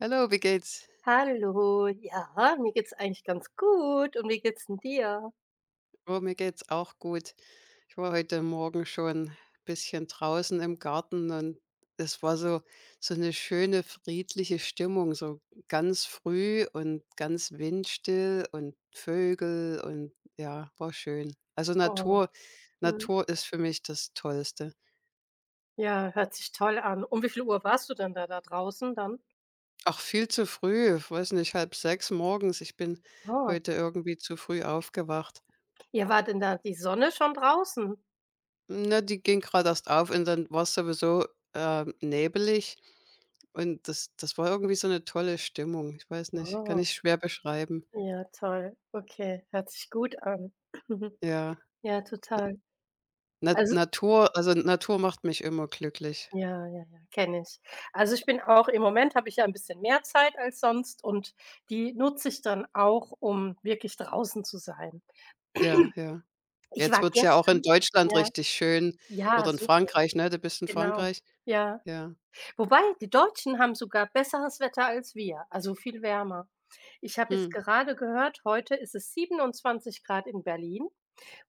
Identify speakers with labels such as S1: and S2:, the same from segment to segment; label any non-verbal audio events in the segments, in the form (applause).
S1: Hallo, wie geht's?
S2: Hallo, ja, mir geht's eigentlich ganz gut. Und wie geht's denn dir?
S1: Oh, mir geht's auch gut. Ich war heute Morgen schon ein bisschen draußen im Garten und es war so eine schöne friedliche Stimmung, so ganz früh und ganz windstill und Vögel und ja, war schön. Also,
S2: Oh,
S1: Natur.
S2: mhm.
S1: Natur ist für mich das Tollste.
S2: Ja, hört sich toll an. Um wie viel Uhr warst du denn da draußen dann?
S1: Ach, viel zu früh, ich weiß nicht, halb sechs morgens. Ich bin
S2: Oh.
S1: heute irgendwie zu früh aufgewacht.
S2: Ja, war denn da die Sonne schon draußen?
S1: Ne, die ging gerade erst auf und dann war es sowieso, nebelig und das war irgendwie so eine tolle Stimmung. Ich weiß nicht, kann
S2: Oh,
S1: ich schwer beschreiben.
S2: ja, toll. Okay, hört sich gut an. (laughs)
S1: Ja.
S2: Ja, total.
S1: Na,
S2: Also,
S1: Natur, also Natur macht mich immer glücklich.
S2: ja, ja, ja, kenne ich. Also, ich bin auch im Moment habe ich ja ein bisschen mehr Zeit als sonst, und die nutze ich dann auch, um wirklich draußen zu sein.
S1: Ja, ja.
S2: Ich
S1: Jetzt
S2: war
S1: wird's ja auch in
S2: gestern,
S1: Deutschland
S2: ja,
S1: richtig schön
S2: ja,
S1: oder in
S2: super.
S1: Frankreich, ne? Du bist in
S2: Genau,
S1: Frankreich?
S2: ja.
S1: Ja.
S2: Wobei, die Deutschen haben sogar besseres Wetter als wir, also viel wärmer. Ich habe jetzt
S1: Hm.
S2: gerade gehört, heute ist es 27 Grad in Berlin,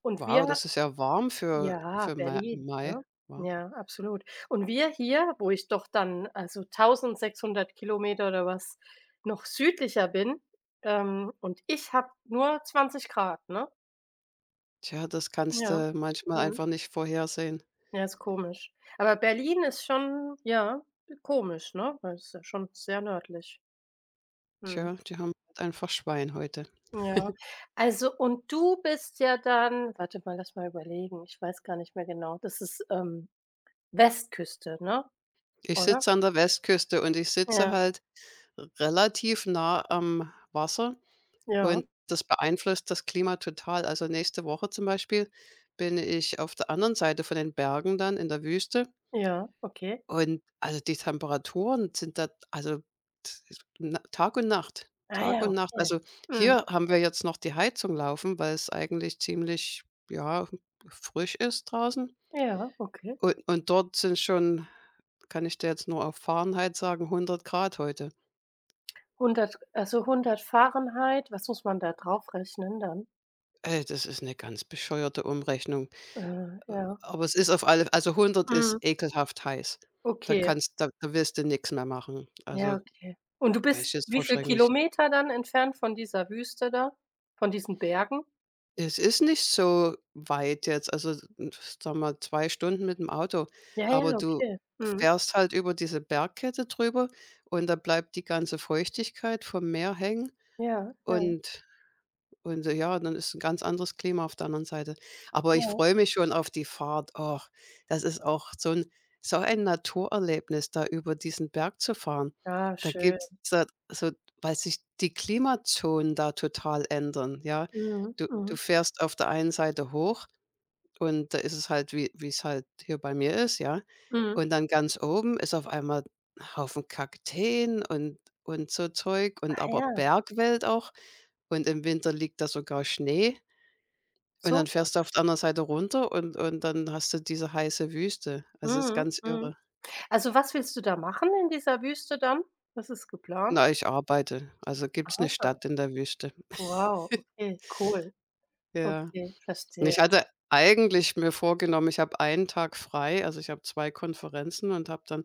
S2: und
S1: Wow,
S2: wir,
S1: das ist ja warm
S2: ja,
S1: für Ma
S2: Berlin,
S1: Mai.
S2: ne?
S1: Wow.
S2: Ja, absolut. Und wir hier, wo ich doch dann, also 1.600 Kilometer oder was noch südlicher bin, und ich habe nur 20 Grad, ne?
S1: Tja, das kannst
S2: Ja.
S1: du manchmal
S2: Mhm.
S1: einfach nicht vorhersehen.
S2: Ja, ist komisch. Aber Berlin ist schon, ja, komisch, ne? Weil es ist ja schon sehr nördlich. Mhm.
S1: Tja, die haben halt einfach Schwein heute.
S2: Ja. Also, und du bist ja dann warte mal, lass mal überlegen, ich weiß gar nicht mehr genau. Das ist, Westküste, ne?
S1: Ich
S2: Oder?
S1: sitze an der Westküste und ich sitze
S2: Ja,
S1: halt relativ nah am Wasser
S2: ja,
S1: und das beeinflusst das Klima total. Also, nächste Woche zum Beispiel bin ich auf der anderen Seite von den Bergen dann in der Wüste,
S2: ja, okay.
S1: und, also, die Temperaturen sind da, also, das ist na, Tag und Nacht,
S2: Ah
S1: Tag
S2: ja,
S1: und Nacht.
S2: okay.
S1: Also,
S2: Mhm.
S1: hier haben wir jetzt noch die Heizung laufen, weil es eigentlich ziemlich, ja, frisch ist draußen.
S2: Ja, okay.
S1: Und dort sind schon, kann ich dir jetzt nur auf Fahrenheit sagen, 100 Grad heute.
S2: 100, also 100 Fahrenheit, was muss man da draufrechnen dann?
S1: Das ist 'ne ganz bescheuerte Umrechnung.
S2: Ja.
S1: Aber es ist auf alle, also 100 ist
S2: Mhm,
S1: ekelhaft heiß. Da
S2: okay.
S1: kannst, da willst du nix mehr machen.
S2: Ja,
S1: Also,
S2: okay. Und du
S1: weiß ich
S2: bist
S1: jetzt
S2: wie
S1: vor
S2: viel
S1: Schreck nicht.
S2: Kilometer dann entfernt von dieser Wüste da? Von diesen Bergen?
S1: Es ist nicht so weit jetzt, also, sage mal 2 Stunden mit dem Auto,
S2: Ja,
S1: aber
S2: ja,
S1: du
S2: okay. Mhm.
S1: fährst halt über diese Bergkette drüber und da bleibt die ganze Feuchtigkeit vom Meer hängen.
S2: Ja, ja,
S1: Und Und, äh, ja, dann ist ein ganz anderes Klima auf der anderen Seite. Aber ich
S2: ja.
S1: freue mich schon auf die Fahrt. Ach, das ist auch so ein Naturerlebnis, da über diesen Berg zu fahren.
S2: Ah,
S1: Da
S2: schön.
S1: gibt's da, so, weil sich die Klimazonen da total ändern, ja.
S2: Mhm,
S1: Du
S2: mhm,
S1: fährst auf der einen Seite hoch und da ist es halt, wie es halt hier bei mir ist, ja.
S2: mhm.
S1: Und dann ganz oben ist auf einmal 'n Haufen Kakteen und so Zeug und
S2: Ach
S1: aber
S2: ja,
S1: Bergwelt auch. Und im Winter liegt da sogar Schnee und
S2: so.
S1: dann fährst du auf der anderen Seite runter und dann hast du diese heiße Wüste. Also, ist
S2: Mhm,
S1: ganz
S2: mhm.
S1: irre.
S2: Also, was willst du da machen in dieser Wüste dann? Was ist geplant?
S1: Na, ich arbeite, also
S2: Ah,
S1: gibt's 'ne Stadt in der Wüste.
S2: wow, okay, cool.
S1: Ja.
S2: Okay,
S1: Und
S2: verstehe.
S1: ich hatte eigentlich mir vorgenommen, ich habe einen Tag frei, also ich habe 2 Konferenzen und habe dann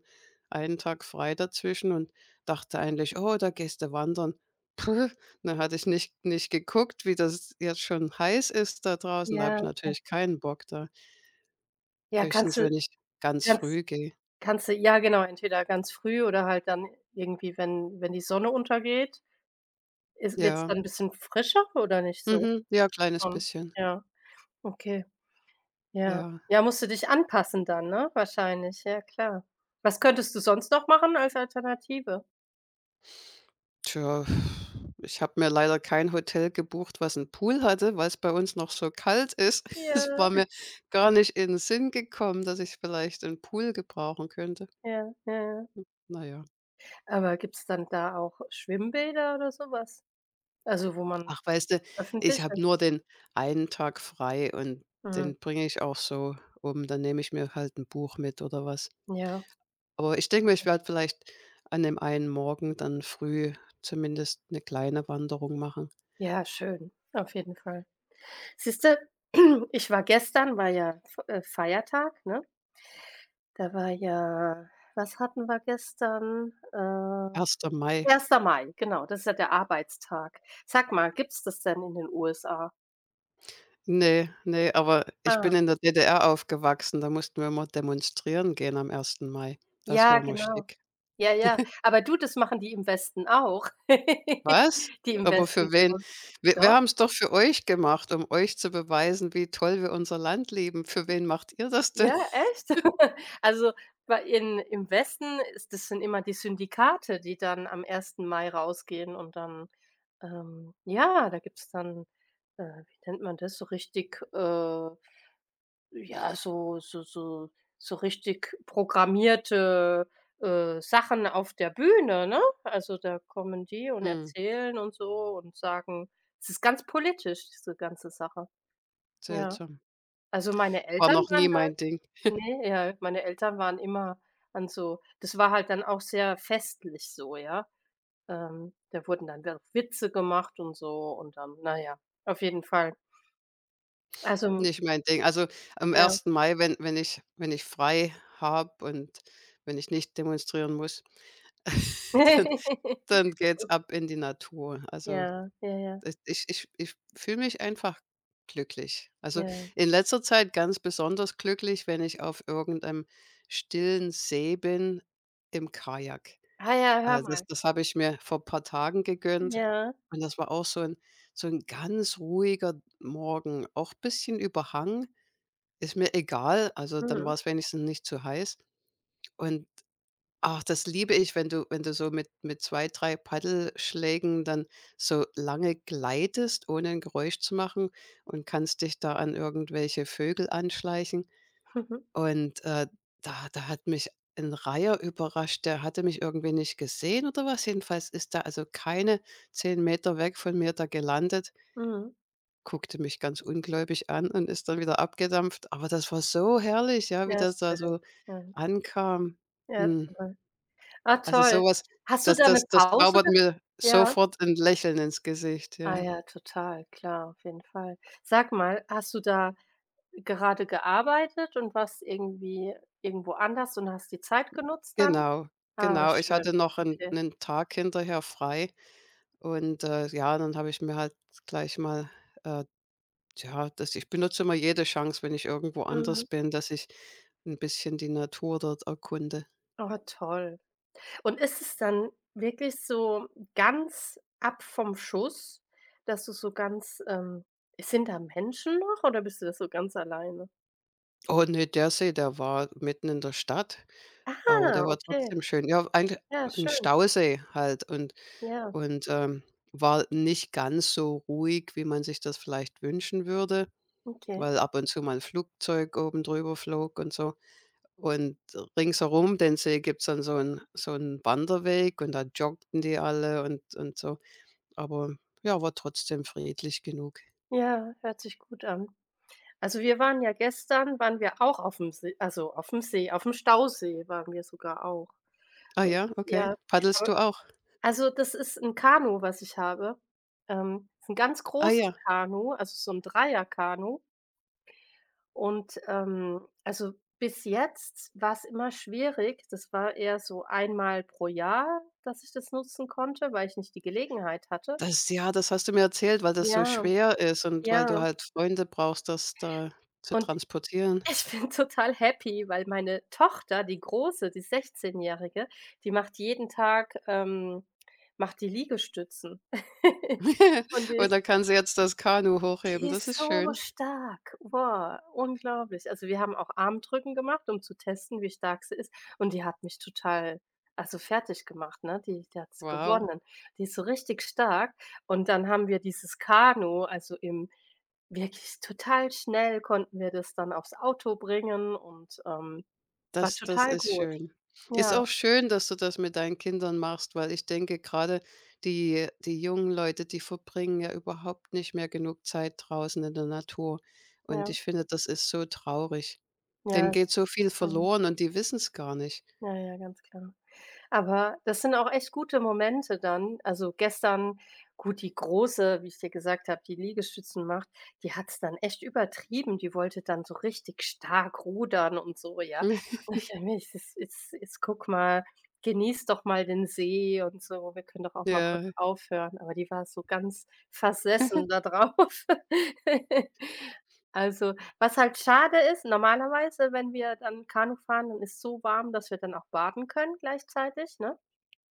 S1: einen Tag frei dazwischen und dachte eigentlich: „Oh, da gehst du wandern.“ Puh, dann hatte ich nicht geguckt, wie das jetzt schon heiß ist da draußen. Da habe ich
S2: Ja, ja.
S1: natürlich keinen Bock da.
S2: Ja,
S1: Höchstens, wenn ich ganz
S2: kannst
S1: früh gehe.
S2: kannst du ja, genau, entweder ganz früh oder halt dann irgendwie, wenn die Sonne untergeht. Ist Wird's
S1: Ja,
S2: dann 'n bisschen frischer oder nicht so?
S1: mhm, ja, kleines
S2: Schon.
S1: bisschen.
S2: Ja, okay, ja.
S1: Ja.
S2: Ja, musst du dich anpassen dann, ne? Wahrscheinlich, ja klar. Was könntest du sonst noch machen als Alternative?
S1: Tja, ich habe mir leider kein Hotel gebucht, was 'n Pool hatte, weil's bei uns noch so kalt ist. (laughs) Es war
S2: Ja,
S1: mir gar nicht in 'n Sinn gekommen, dass ich vielleicht 'n Pool gebrauchen könnte.
S2: ja, ja, ja.
S1: Na ja.
S2: Aber gibt's dann da auch Schwimmbäder oder so was? Also, wo man
S1: Ach, weißt du, ich habe
S2: öffentliche?
S1: nur den einen Tag frei und
S2: Mhm,
S1: den bringe ich auch so um. Dann nehme ich mir halt 'n Buch mit oder was.
S2: ja.
S1: Aber ich denke mir, ich werde vielleicht an dem einen Morgen dann früh zumindest 'ne kleine Wanderung machen.
S2: Ja, schön, auf jeden Fall. Siehst du, (clears throat) ich war gestern, war ja F Feiertag, ne? Da war ja, was hatten wir gestern?
S1: Erster Mai.
S2: Erster Mai, genau, das ist ja der Arbeitstag. Sag mal, gibt's das denn in den USA?
S1: Ne, ne, aber ich bin
S2: Ah,
S1: in der DDR aufgewachsen, da mussten wir immer demonstrieren gehen am ersten Mai. Das
S2: ja,
S1: war immer
S2: genau.
S1: schick.
S2: Ja, ja. Aber du, das machen die im Westen auch. (laughs)
S1: Was?
S2: Die im
S1: Aber
S2: Westen
S1: für wen?
S2: demo
S1: Wir
S2: Doch?
S1: haben es doch für euch gemacht, um euch zu beweisen, wie toll wir unser Land lieben. Für wen macht ihr das denn?
S2: Ja, echt? (laughs) Also, bei in im Westen ist das sind immer die Syndikate, die dann am ersten Mai rausgehen, und dann, ja, da gibt's dann, wie nennt man das, so richtig, ja, so richtig programmierte, Sachen auf der Bühne, ne? Also, da kommen die und
S1: Hm,
S2: erzählen und so und sagen, es ist ganz politisch, diese ganze Sache. Ja.
S1: seltsam.
S2: Also, meine
S1: War
S2: Eltern
S1: noch nie
S2: waren da,
S1: mein Ding.
S2: ne, ja, meine Eltern waren immer an so, das war halt dann auch sehr festlich so, ja? Da wurden dann da Witze gemacht und so und dann, na ja, auf jeden Fall. Also,
S1: Nicht mein Ding. Also, am
S2: ja.
S1: ersten Mai, wenn ich frei habe und wenn ich nicht demonstrieren muss, (laughs) dann dann
S2: (laughs)
S1: geht's ab in die Natur. Also,
S2: Ja, ja, ja,
S1: das, ich fühle mich einfach glücklich. Also,
S2: ja.
S1: in letzter Zeit ganz besonders glücklich, wenn ich auf irgendeinem stillen See bin im Kajak.
S2: Ah ja, hör
S1: Äh, das
S2: mal.
S1: das habe ich mir vor ein paar Tagen gegönnt,
S2: Ja.
S1: und das war auch so ein ganz ruhiger Morgen, auch ein bisschen Überhang, ist mir egal. Also, dann
S2: Mhm.
S1: war es wenigstens nicht zu heiß, und, ach, das liebe ich, wenn du so mit 2, 3 Paddelschlägen dann so lange gleitest, ohne 'n Geräusch zu machen, und kannst dich da an irgendwelche Vögel anschleichen.
S2: Mhm.
S1: Und, da hat mich ein Reiher überrascht, der hatte mich irgendwie nicht gesehen oder was. Jedenfalls ist da also keine 10 Meter weg von mir da gelandet,
S2: Mhm.
S1: guckte mich ganz ungläubig an und ist dann wieder abgedampft. Aber das war so herrlich, ja, wie
S2: Ja,
S1: das
S2: ist
S1: da
S2: schön.
S1: so
S2: Ja.
S1: ankam.
S2: Ja,
S1: Mhm.
S2: toll. Ah,
S1: Also,
S2: toll.
S1: sowas,
S2: Hast du
S1: das
S2: da 'ne
S1: das das
S2: Pause
S1: zaubert
S2: ge
S1: mir
S2: ja?
S1: sofort 'n Lächeln ins Gesicht,
S2: Ah
S1: ja.
S2: ja, total, klar, auf jeden Fall. Sag mal, hast du da gerade gearbeitet und warst irgendwo anders und hast die Zeit genutzt dann?
S1: Genau,
S2: Ah,
S1: genau. Ich hatte
S2: schön.
S1: noch 'n
S2: Okay.
S1: 'nen Tag hinterher frei und, ja, dann habe ich mir halt gleich mal, äh ja, das, ich benutze immer jede Chance, wenn ich irgendwo anders
S2: Mhm.
S1: bin, dass ich 'n bisschen die Natur dort erkunde.
S2: Oh, toll. Und ist es dann wirklich so ganz ab vom Schuss, dass du so ganz, sind da Menschen noch oder bist du da so ganz alleine?
S1: Oh, ne, der See, der war mitten in der Stadt, aber
S2: Ah,
S1: der war
S2: okay.
S1: trotzdem schön. Ja, eigentlich
S2: Ja,
S1: 'n
S2: schön.
S1: Stausee halt. und
S2: Ja,
S1: Und, ähm, war nicht ganz so ruhig, wie man sich das vielleicht wünschen würde,
S2: okay.
S1: weil ab und zu mal ein Flugzeug oben drüber flog und so. Und ringsherum den See gibt's dann so 'n Wanderweg und da joggten die alle und so. Aber ja, war trotzdem friedlich genug.
S2: Ja, hört sich gut an. Also, wir waren ja gestern, waren wir auch auf dem See, also auf dem See, auf dem Stausee waren wir sogar auch.
S1: Ah,
S2: Und
S1: ja, okay.
S2: ja,
S1: Paddelst
S2: aber
S1: du auch?
S2: also, das ist ein Kanu, was ich habe. Ist 'n ganz
S1: Ah,
S2: großes
S1: ja,
S2: Kanu, also so ein Dreierkanu. Und, also, bis jetzt war es immer schwierig. Das war eher so einmal pro Jahr, dass ich das nutzen konnte, weil ich nicht die Gelegenheit hatte.
S1: das, ja, das hast du mir erzählt, weil das so
S2: Ja,
S1: schwer ist und weil du
S2: ja.
S1: halt Freunde brauchst, das da zu
S2: Und
S1: transportieren.
S2: (laughs) ich bin total happy, weil meine Tochter, die Große, die Sechzehnjährige, die macht jeden Tag, macht die Liegestützen. (laughs) Und die
S1: (laughs) Und
S2: ist
S1: dann kann sie jetzt das Kanu hochheben.
S2: Die
S1: Das
S2: ist
S1: ist
S2: so
S1: schön.
S2: stark. Wow, unglaublich. Also, wir haben auch Armdrücken gemacht, um zu testen, wie stark sie ist, und die hat mich total, also, fertig gemacht, ne? Die hat's
S1: Wow,
S2: gewonnen. Die ist so richtig stark, und dann haben wir dieses Kanu, also, im wirklich total schnell konnten wir das dann aufs Auto bringen, und, war
S1: das
S2: total
S1: ist
S2: gut.
S1: schön. Ist auch
S2: Ja,
S1: schön, dass du das mit deinen Kindern machst, weil ich denke, gerade die jungen Leute, die verbringen ja überhaupt nicht mehr genug Zeit draußen in der Natur. Und
S2: ja,
S1: ich finde, das ist so traurig.
S2: ja,
S1: Denen
S2: es,
S1: geht so viel
S2: mhm.
S1: verloren und die wissen es gar nicht.
S2: Ja, ja, ganz klar. Aber das sind auch echt gute Momente dann. Also, gestern, gut, die Große, wie ich dir gesagt habe, die Liegestützen macht, die hat es dann echt übertrieben. Die wollte dann so richtig stark rudern und so, ja.
S1: (laughs)
S2: Und ich dachte mir: „Jetzt, jetzt, jetzt, jetzt guck mal, genieß doch mal den See und so. Wir können doch auch mal kurz
S1: Ja,
S2: aufhören." Aber die war so ganz versessen da drauf. (laughs) Also, was halt schade ist, normalerweise, wenn wir dann Kanu fahren, dann ist es so warm, dass wir dann auch baden können gleichzeitig, ne?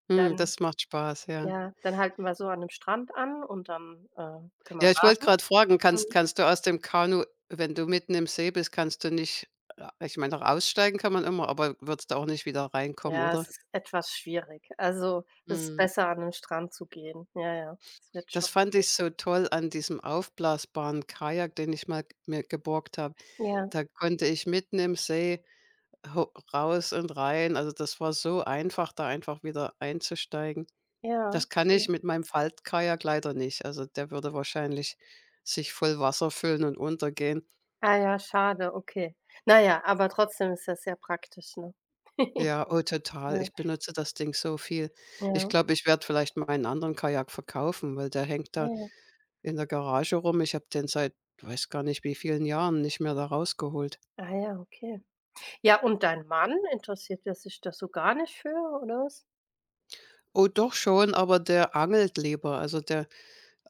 S1: mhm,
S2: Dann,
S1: das macht Spaß, ja.
S2: ja, dann halten wir so an 'nem Strand an, und dann, können
S1: Ja,
S2: wir
S1: ich wollte
S2: baden.
S1: gerade fragen, kannst
S2: Mhm.
S1: kannst du aus dem Kanu, wenn du mitten im See bist, kannst du nicht, ich meine, aussteigen kann man immer, aber würdest du auch nicht wieder reinkommen,
S2: Ja,
S1: oder?
S2: es ist etwas schwierig. Also, es ist
S1: Mhm.
S2: besser, an 'nen Strand zu gehen. Ja, ja, es wird
S1: Das
S2: schon,
S1: fand ich so toll an diesem aufblasbaren Kajak, den ich mal mir geborgt habe.
S2: ja,
S1: Da konnte ich mitten im See ho raus und rein. Also, das war so einfach, da einfach wieder einzusteigen.
S2: ja,
S1: Das kann ich
S2: okay.
S1: mit meinem Faltkajak leider nicht. Also, der würde wahrscheinlich sich voll Wasser füllen und untergehen.
S2: Ah ja, schade, okay. Na ja, aber trotzdem ist das sehr praktisch, ne? (laughs)
S1: Ja, oh, total.
S2: Ja,
S1: Ich benutze das Ding so viel. Ich
S2: ja.
S1: glaube, ich werde vielleicht meinen anderen Kajak verkaufen, weil der hängt
S2: Ah
S1: da
S2: ja.
S1: in der Garage rum. Ich habe den seit, weiß gar nicht wie vielen Jahren, nicht mehr da rausgeholt.
S2: Ah ja, okay. Ja, und dein Mann, interessiert der sich da so gar nicht für, oder was?
S1: Oh, doch schon, aber der angelt lieber. Also der,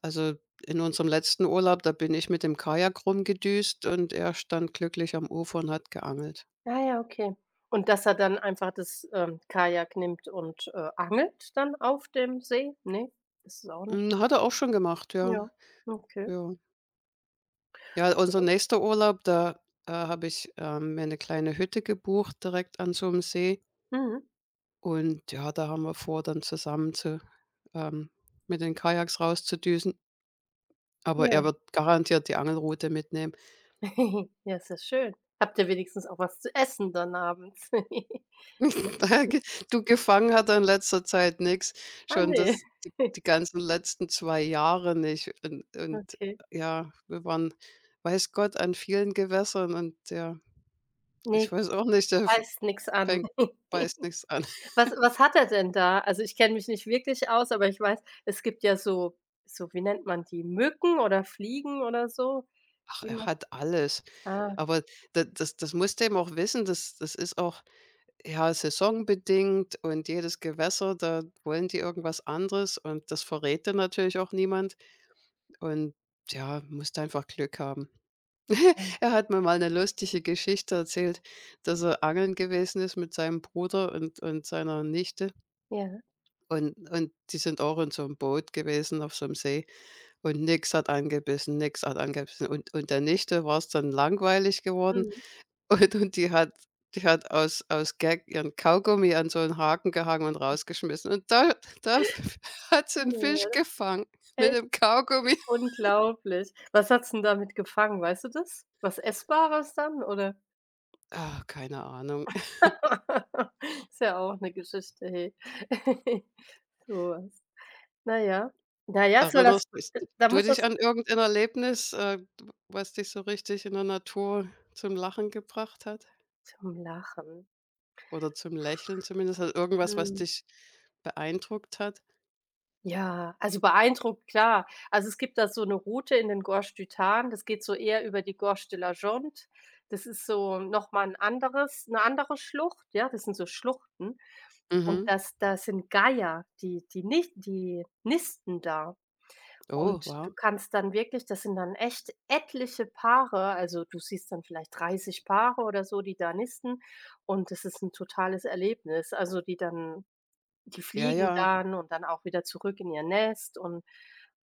S1: also in unserem letzten Urlaub, da bin ich mit dem Kajak rumgedüst und er stand glücklich am Ufer und hat geangelt.
S2: Ah ja, okay. Und dass er dann einfach das, Kajak nimmt und, angelt dann auf dem See? Ne, ist es auch nicht?
S1: Hm, hat er auch schon gemacht, ja.
S2: Ja, okay.
S1: Ja, ja, unser
S2: Ja.
S1: nächster Urlaub, da, habe ich, mir eine kleine Hütte gebucht direkt an so einem See.
S2: Mhm.
S1: Und ja, da haben wir vor, dann zusammen zu, ähm, mit den Kajaks rauszudüsen. Aber
S2: Ja.
S1: er wird garantiert die Angelrute mitnehmen.
S2: (laughs) Ja, ist ja schön. Habt ihr wenigstens auch was zu essen dann abends? (laughs) Ne?
S1: (laughs) Daher ge Du, gefangen hat er in letzter Zeit nichts.
S2: Ah,
S1: Schon
S2: ne.
S1: das, die
S2: (laughs)
S1: die ganzen letzten 2 Jahre nicht. Und
S2: Okay.
S1: ja, wir waren, weiß Gott, an vielen Gewässern, und ja, ich
S2: Ne,
S1: weiß auch nicht, der f
S2: heißt nix an.
S1: fängt beißt
S2: (laughs)
S1: nichts an.
S2: Was hat er denn da? Also, ich kenne mich nicht wirklich aus, aber ich weiß, es gibt ja so, wie nennt man die, Mücken oder Fliegen oder so,
S1: Ach,
S2: die
S1: er
S2: man,
S1: hat alles.
S2: ah,
S1: Aber da das musst du eben auch wissen, das ist auch, ja, saisonbedingt, und jedes Gewässer, da wollen die irgendwas anderes und das verrät dann natürlich auch niemand, und ja, musst einfach Glück haben.
S2: ja.
S1: Er hat mir mal eine lustige Geschichte erzählt, dass er angeln gewesen ist mit seinem Bruder und seiner Nichte,
S2: Ja.
S1: und die sind auch in so einem Boot gewesen auf so einem See und nix hat angebissen, nix hat angebissen, und der Nichte war es dann langweilig geworden.
S2: Mhm.
S1: Und die hat aus Gag ihren Kaugummi an so einen Haken gehangen und rausgeschmissen. Und da (laughs) hat sie einen
S2: Ne,
S1: Fisch
S2: oder?
S1: gefangen mit
S2: Echt
S1: dem Kaugummi.
S2: unglaublich. Was hat's 'n damit gefangen, weißt du das? Was Essbares dann, oder?
S1: Ah, keine Ahnung.
S2: (laughs) Ist ja auch 'ne Geschichte, hey. (laughs) So was. Na ja. Na ja, soll das,
S1: Erinnerst du dich
S2: da
S1: du
S2: muss
S1: dich
S2: das
S1: an irgendein Erlebnis, was dich so richtig in der Natur zum Lachen gebracht hat
S2: zum Lachen.
S1: oder zum Lächeln zumindest? Also, irgendwas, was
S2: Mhm.
S1: dich beeindruckt hat?
S2: Ja, also beeindruckt, klar. Also, es gibt da so eine Route in den Gorges du Tarn, das geht so eher über die Gorges de la Jonte. Das ist so noch mal, 'n anderes eine andere Schlucht, ja? Das sind so Schluchten, und
S1: Mhm.
S2: das sind Geier, die die nicht die nisten da,
S1: Oh,
S2: und du
S1: wow.
S2: kannst dann wirklich, das sind dann echt etliche Paare, also du siehst dann vielleicht 30 Paare oder so, die da nisten, und das ist ein totales Erlebnis. Also, die
S1: Ja,
S2: fliegen
S1: ja.
S2: dann und dann auch wieder zurück in ihr Nest und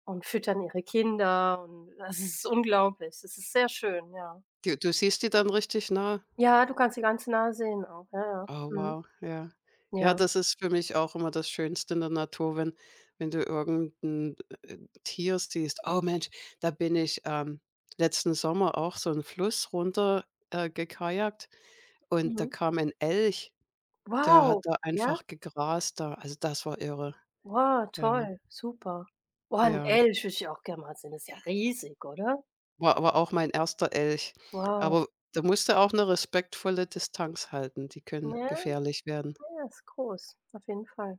S2: und füttern ihre Kinder, und das ist unglaublich. Es ist sehr schön, ja.
S1: Du siehst die dann richtig nah.
S2: Ja, du kannst sie ganz nah sehen auch. Ja, ja.
S1: Oh,
S2: Mhm.
S1: wow, ja. Ja,
S2: Ja.
S1: das ist für mich auch immer das Schönste in der Natur, wenn du irgendein, äh, Tier siehst. Oh Mensch, da bin ich, letzten Sommer auch so einen Fluss runter, gekajakt, und da
S2: Mhm.
S1: kam ein Elch, der hat
S2: Wow,
S1: da
S2: ja?
S1: einfach gegrast da. Also, das war irre.
S2: Wow,
S1: Ja,
S2: toll, super. Oh, ein
S1: ja.
S2: Elch würde ich auch gerne mal sehen. Das ist ja riesig, oder?
S1: War aber auch mein erster Elch.
S2: Wow.
S1: Aber da musste auch eine respektvolle Distanz halten, die können
S2: Ja,
S1: gefährlich werden.
S2: ja, ist groß, auf jeden Fall.